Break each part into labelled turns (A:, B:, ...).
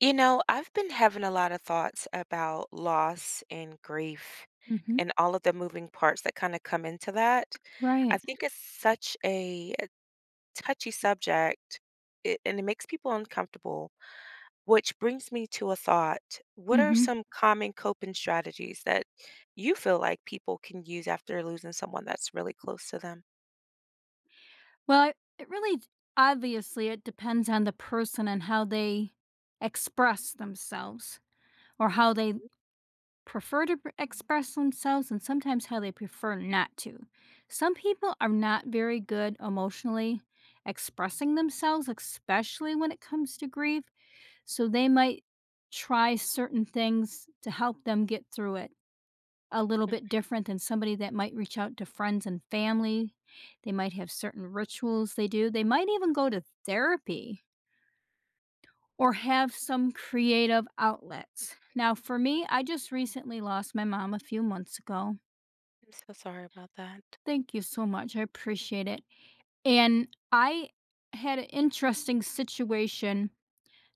A: You know, I've been having a lot of thoughts about loss and grief
B: Mhm.
A: and all of the moving parts that kind of come into that.
B: Right.
A: I think it's such a touchy subject and it makes people uncomfortable, which brings me to a thought. What are
B: Mhm.
A: some common coping strategies that you feel like people can use after losing someone that's really close to them?
B: Well, it really it depends on the person and how they express themselves or how they prefer to pre express themselves, and sometimes how they prefer not to. Some people are not very good emotionally expressing themselves, especially when it comes to grief, so they might try certain things to help them get through it — a little
A: Mm.
B: bit different than somebody that might reach out to friends and family. They might have certain rituals they do. They might even go to therapy or have some creative outlets. Now, for me, I just recently lost my mom a few months ago.
A: I'm so sorry about that.
B: Thank you so much. I appreciate it. And I had an interesting situation.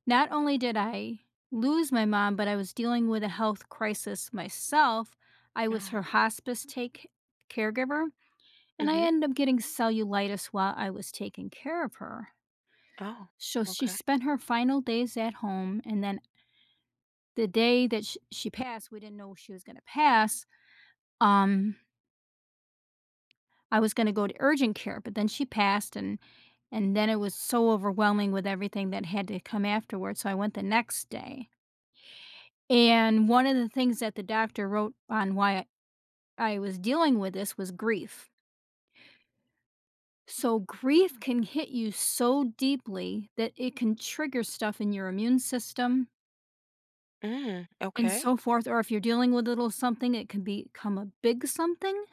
B: Not only did I lose my mom, but I was dealing with a health crisis myself. I
A: Oh,
B: was her hospice take caregiver. And I
A: mm-hmm.
B: ended up getting cellulitis while I was taking care of her.
A: Oh,
B: So she
A: okay.
B: spent her final days at home, and then the day that she passed, we didn't know she was going to pass. Um, I was going to go to urgent care, but then she passed, and then it was so overwhelming with everything that had to come afterwards. So I went the next day, and one of the things that the doctor wrote on why I was dealing with this was grief. So grief can hit you so deeply that it can trigger stuff in your immune system
A: Mm,
B: and
A: okay.
B: so forth. Or if you're dealing with a little something, it can become a big something.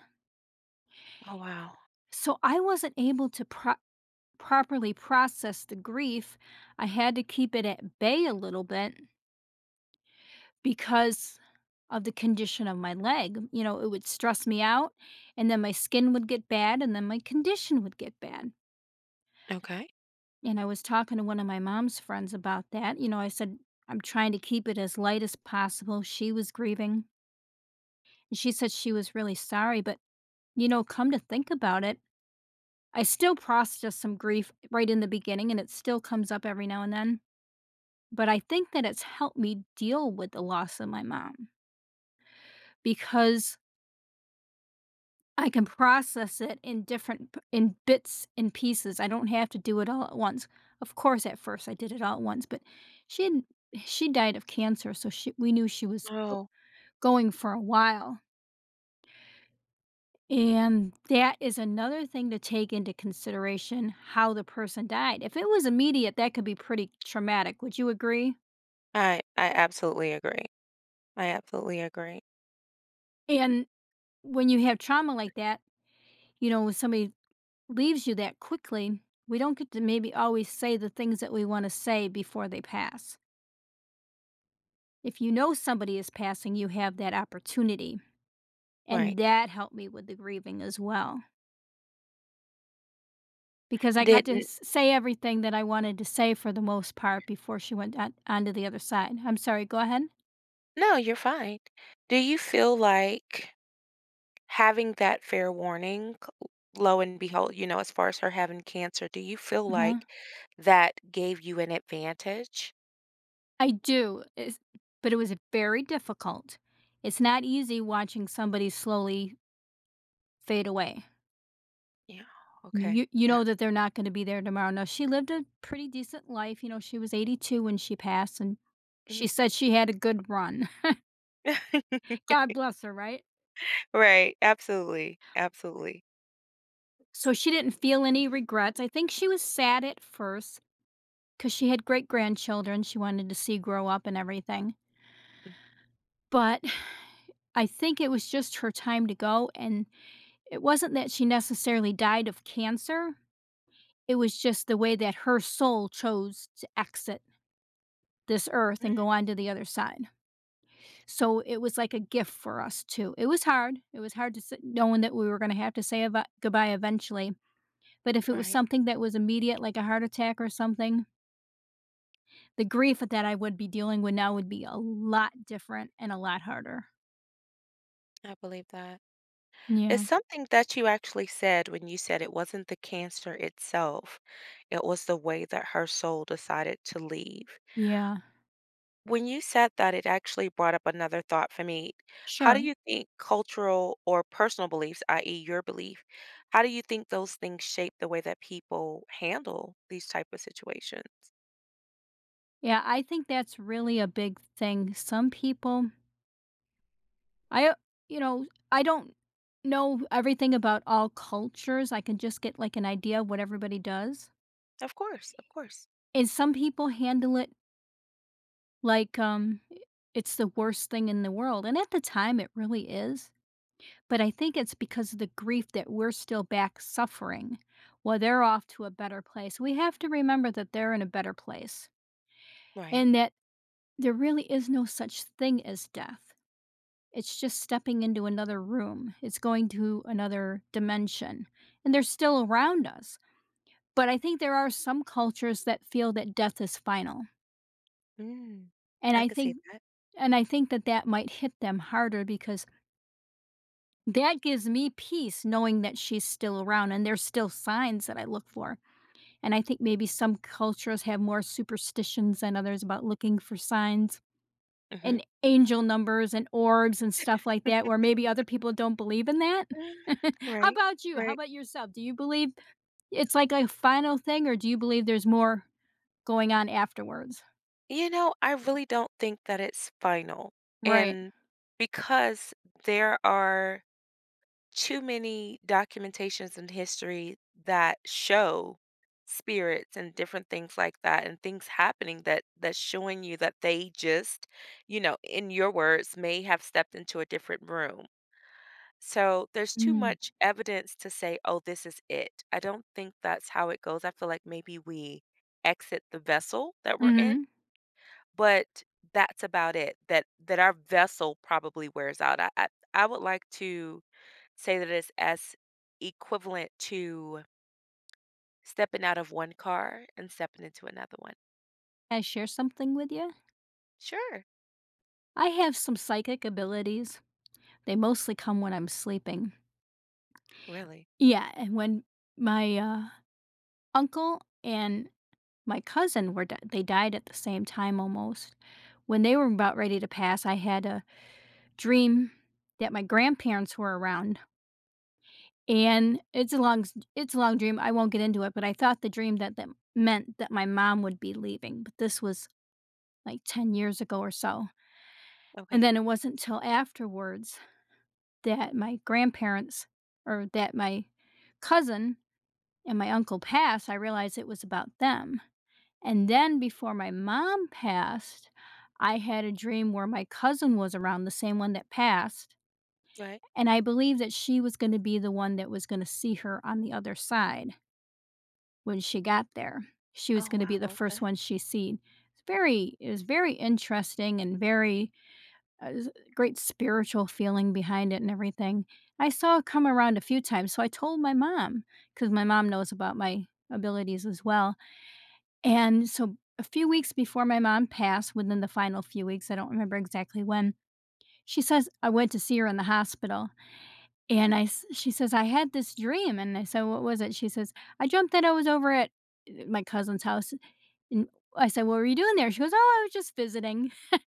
A: Oh, wow.
B: So I wasn't able to properly process the grief. I had to keep it at bay a little bit because of the condition of my leg. You know, it would stress me out, and then my skin would get bad, and then my condition would get bad.
A: Okay.
B: And I was talking to one of my mom's friends about that. You know, I said, I'm trying to keep it as light as possible. She was grieving. And she said she was really sorry. But, you know, come to think about it, I still processed some grief right in the beginning, and it still comes up every now and then. But I think that it's helped me deal with the loss of my mom, because I can process it in different p in bits and pieces. I don't have to do it all at once. Of course, at first, I did it all at once, but she had she died of cancer, so she we knew she was go
A: Oh,
B: going for a while, and that is another thing to take into consideration: how the person died. If it was immediate, that could be pretty traumatic, would you agree?
A: I absolutely agree. I absolutely agree.
B: And when you have trauma like that, you know, when somebody leaves you that quickly, we don't get to maybe always say the things that we want to say before they pass. If you know somebody is passing, you have that opportunity. And
A: Right.
B: that helped me with the grieving as well, because I got to
A: Didn't
B: say everything that I wanted to say for the most part before she went on to the other side. I'm sorry, go ahead.
A: No, you're fine. Do you feel like having that fair warning, lo and behold, as far as her having cancer, do you feel
B: Uh-huh.
A: like that gave you an advantage?
B: I do, but it was very difficult. It's not easy watching somebody slowly fade away.
A: Yeah. Okay.
B: You
A: Yeah.
B: know that they're not gonna be there tomorrow. Now she lived a pretty decent life, you know, she was 82 when she passed, and she
A: Mhm.
B: said she had a good run. God bless her, right?
A: Right. Absolutely. Absolutely.
B: So she didn't feel any regrets. I think she was sad at first because she had great-grandchildren she wanted to see grow up and everything, but I think it was just her time to go, and it wasn't that she necessarily died of cancer, it was just the way that her soul chose to exit this earth and go
A: Mhm.
B: on to the other side. So it was like a gift for us too. It was hard. It was hard to s knowing that we were gonna have to say eva goodbye eventually, but if it was
A: Right.
B: something that was immediate, like a heart attack or something, the grief that I would be dealing with now would be a lot different and a lot harder.
A: I believe that. It's
B: Yeah.
A: something that you actually said when you said it wasn't the cancer itself, it was the way that her soul decided to leave.
B: Yeah.
A: When you said that, it actually brought up another thought for me. How do
B: Sure.
A: you think cultural or personal beliefs, i.e., your belief, how do you think those things shape the way that people handle these type of situations?
B: Yeah, I think that's really a big thing. Some people — I you know, I don't know everything about all cultures. I can just get, like, an idea of what everybody does,
A: Of course, of course.
B: and some people handle it like, I it's the worst thing in the world, and at the time, it really is, but I think it's because of the grief that we're still back suffering while they're off to a better place. We have to remember that they're in a better place
A: Right.
B: and that there really is no such thing as death. It's just stepping into another room. It's going to another dimension, and they're still around us, but I think there are some cultures that feel that death is final,
A: Mm,
B: and
A: I
B: I
A: could see
B: think
A: that.
B: and I think that that might hit them harder, because that gives me peace knowing that she's still around, and there's still signs that I look for. And I think maybe some cultures have more superstitions than others about looking for signs
A: Mhm.
B: and angel numbers and orbs and stuff like that, where maybe other people don't believe in that. How
A: Right,
B: about you? How
A: right.
B: about yourself? Do you believe it's like a final thing, or do you believe there's more going on afterwards?
A: You know, I really don't think that it's final.
B: Right.
A: And because there are too many documentations in history that show spirits and different things like that and things happening, that that's showing you that they just, in your words, may have stepped into a different room. So there's too
B: Mm.
A: much evidence to say, oh, this is it. I don't think that's how it goes. I feel like maybe we exit the vessel that we're in,
B: Mhm.
A: but that's about it, that our vessel probably wears out. I would like to say that it's as equivalent to stepping out of one car and stepping into another one.
B: I share something with you?
A: Sure. Mm.
B: I have some psychic abilities. They mostly come when I'm sleeping.
A: Really?
B: Yeah, and when my, uncle and my cousin were d they died at the same time almost. When they were about ready to pass, I had a dream that my grandparents were around, and it's a long dream, I won't get into it, but I thought the dream that that meant that my mom would be leaving, but this was, like, 10 years ago or so, and
A: Okay.
B: then it wasn't till afterwards that my grandparents or that my cousin and my uncle passed, I realized it was about them. And then before my mom passed, I had a dream where my cousin was around, the same one that passed,
A: Right.
B: and I believe that she was gonna be the one that was gonna see her on the other side when she got there. She was
A: Oh,
B: gonna be the
A: wow.
B: first
A: Okay.
B: one she seen. It's very it was very interesting and very s great spiritual feeling behind it and everything. I saw it come around a few times, so I told my mom, because my mom knows about my abilities as well, and so a few weeks before my mom passed, within the final few weeks, I don't remember exactly when, she says, I went to see her in the hospital. And she says, I had this dream. And I said, What was it? She says, I dreamt that I was over at my cousin's house. And I said, What were you doing there? She goes, Oh, I was just visiting.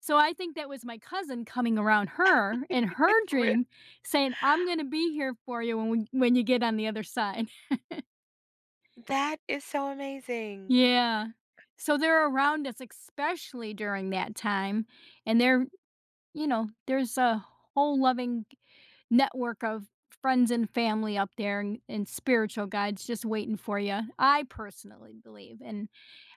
B: So I think that was my cousin coming around her in her
A: Re-
B: dream, saying, I'm going to be here for you when, when you get on the other side.
A: That is so amazing.
B: Yeah. So they're around us, especially during that time, and they're you know, there's a whole loving network of friends and family up there and spiritual guides just waiting for you. I personally believe, and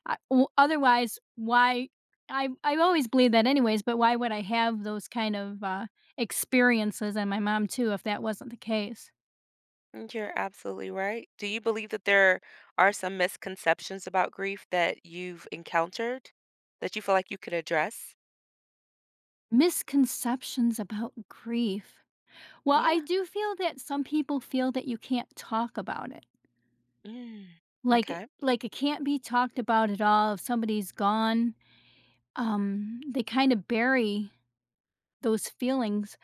B: otherwise, why? I always believe that, anyways. But why would I have those kind of experiences? And my mom too, if that wasn't the case.
A: And You're absolutely right. Do you believe that there are some misconceptions about grief that you've encountered that you feel like you could address?
B: Misconceptions about grief. Well, I
A: Yeah.
B: do feel that some people feel that you can't talk about it.
A: Mm, okay,
B: Like it can't be talked about at all if somebody's gone. They kinda bury those feelings,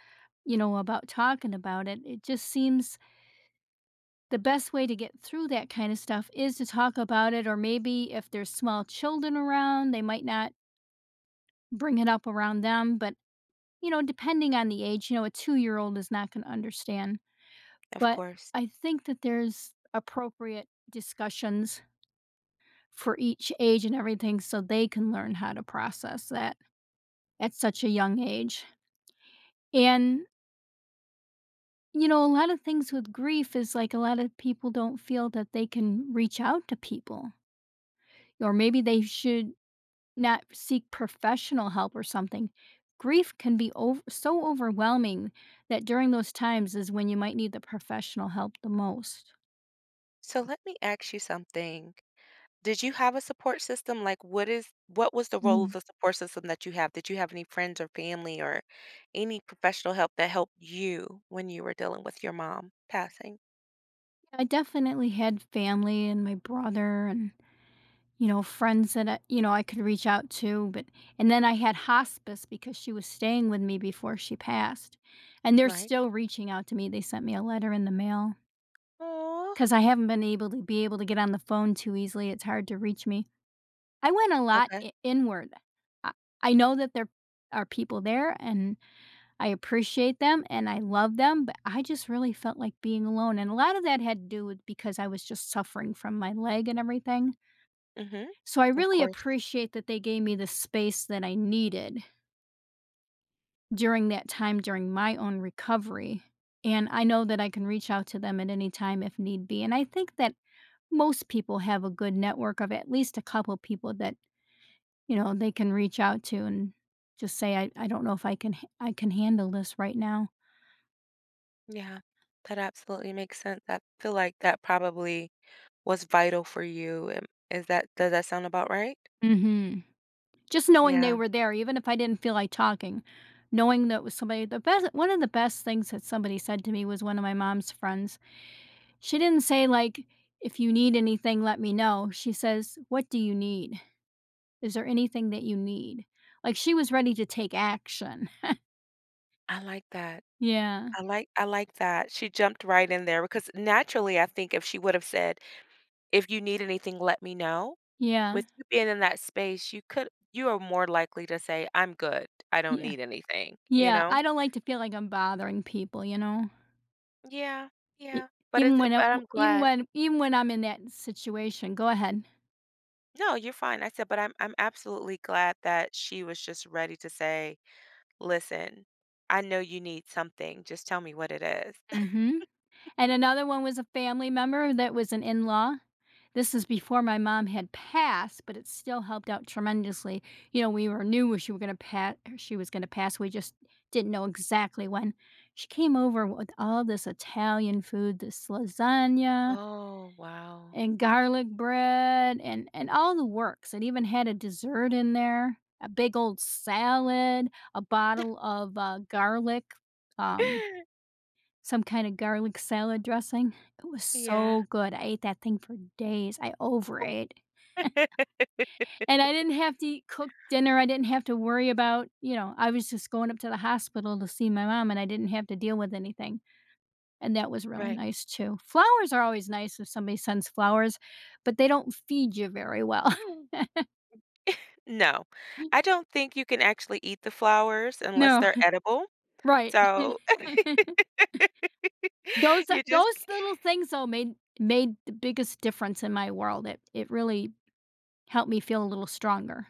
B: you know, about talking about it. It just seems the best way to get through that kind of stuff is to talk about it, or maybe if there's small children around, they might not bring it up around them, but, you know, depending on the age, you know, a two-year-old is not gonna understand.
A: of
B: But
A: course.
B: I think that there's appropriate discussions for each age and everything, so they can learn how to process that at such a young age. And, you know, a lot of things with grief is, like, a lot of people don't feel that they can reach out to people, or maybe they should not seek professional help or something. Grief can be so overwhelming that during those times is when you might need the professional help the most.
A: So let me ask you something. Did you have a support system? Like, what was the role of the support system that you have? Did you have any friends or family or any professional help that helped you when you were dealing with your mom passing?
B: I definitely had family and my brother and, you know, friends that I, you know I could reach out to. But and then I had hospice, because she was staying with me before she passed, and they're
A: Right?
B: still reaching out to me. They sent me a letter in the mail,
A: Oh.
B: cuz I haven't been able to get on the phone too easily. It's hard to reach me. I went a lot
A: Okay.
B: inward. I, I know that there are people there and I appreciate them and I love them, but I just really felt like being alone, and a lot of that had to do with because I was just suffering from my leg and everything.
A: Mhm.
B: So I
A: Of
B: really
A: course.
B: appreciate that they gave me the space that I needed during that time during my own recovery, and I know that I can reach out to them at any time if need be, and I think that most people have a good network of at least a couple people that, you know, they can reach out to and just say, "I don't know if I can handle this right now."
A: Yeah. That absolutely makes sense. I feel like that probably was vital for you. Is that does that sound about right?
B: Mhm. Just knowing they
A: Yeah,
B: were there, even if I didn't feel like talking, knowing that was somebody — the best one of the best things that somebody said to me was one of my mom's friends. She didn't say, like, "If you need anything, let me know." She says, "What do you need? Is there anything that you need?" Like, she was ready to take action.
A: I like that.
B: Yeah.
A: I like that. She jumped right in there because naturally I think if she would have said, "If you need anything, let me know."
B: Yeah.
A: With you being in that space, you are more likely to say, "I'm good. I don't
B: Yeah.
A: need anything," you
B: Yeah.
A: know?
B: I don't like to feel like I'm bothering people, you know?
A: Yeah,
B: E
A: yeah, but
B: even
A: it's
B: when I
A: but I'm glad
B: even when I'm in that situation. Go ahead.
A: No, you're fine. I said, but I'm absolutely glad that she was just ready to say, "Listen, I know you need something. Just tell me what it is."
B: Mhm. And another one was a family member that was an in law. This is before my mom had passed, but it still helped out tremendously. You know, we were knew she were gonna pass. She was gonna pass. We just didn't know exactly when. She came over with all this Italian food, this lasagna
A: Oh, wow.
B: and garlic bread, and all the works. It even had a dessert in there, a big old salad, a bottle of garlic um, some kind of garlic salad dressing. It was
A: Yeah.
B: so good. I ate that thing for days. I overate. And I didn't have to eat cook dinner. I didn't have to worry about, you know, I was just going up to the hospital to see my mom, and I didn't have to deal with anything. And that was really
A: Right.
B: nice too. Flowers are always nice if somebody sends flowers, but they don't feed you very well.
A: No. I don't think you can actually eat the flowers unless
B: No,
A: they're edible.
B: right.
A: So
B: Those
A: you just
B: those little things though made the biggest difference in my world. It really helped me feel a little stronger.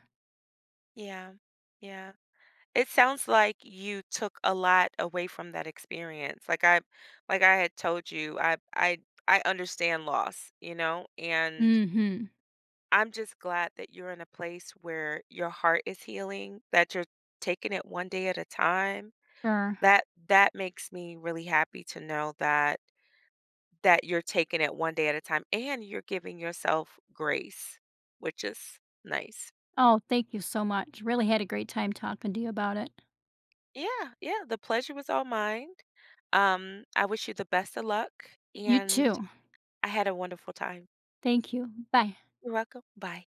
A: Yeah. Yeah. It sounds like you took a lot away from that experience. Like I had told you, I understand loss, and
B: Mhm.
A: I'm just glad that you're in a place where your heart is healing, that you're taking it one day at a time.
B: Sure.
A: That makes me really happy to know that you're taking it one day at a time and you're giving yourself grace, which is nice.
B: Oh, thank you so much. Really had a great time talking to you about it.
A: Yeah, yeah, the pleasure was all mine. I wish you the best of luck,
B: You
A: and
B: too.
A: I had a wonderful time.
B: Thank you. Bye.
A: You're welcome. Bye.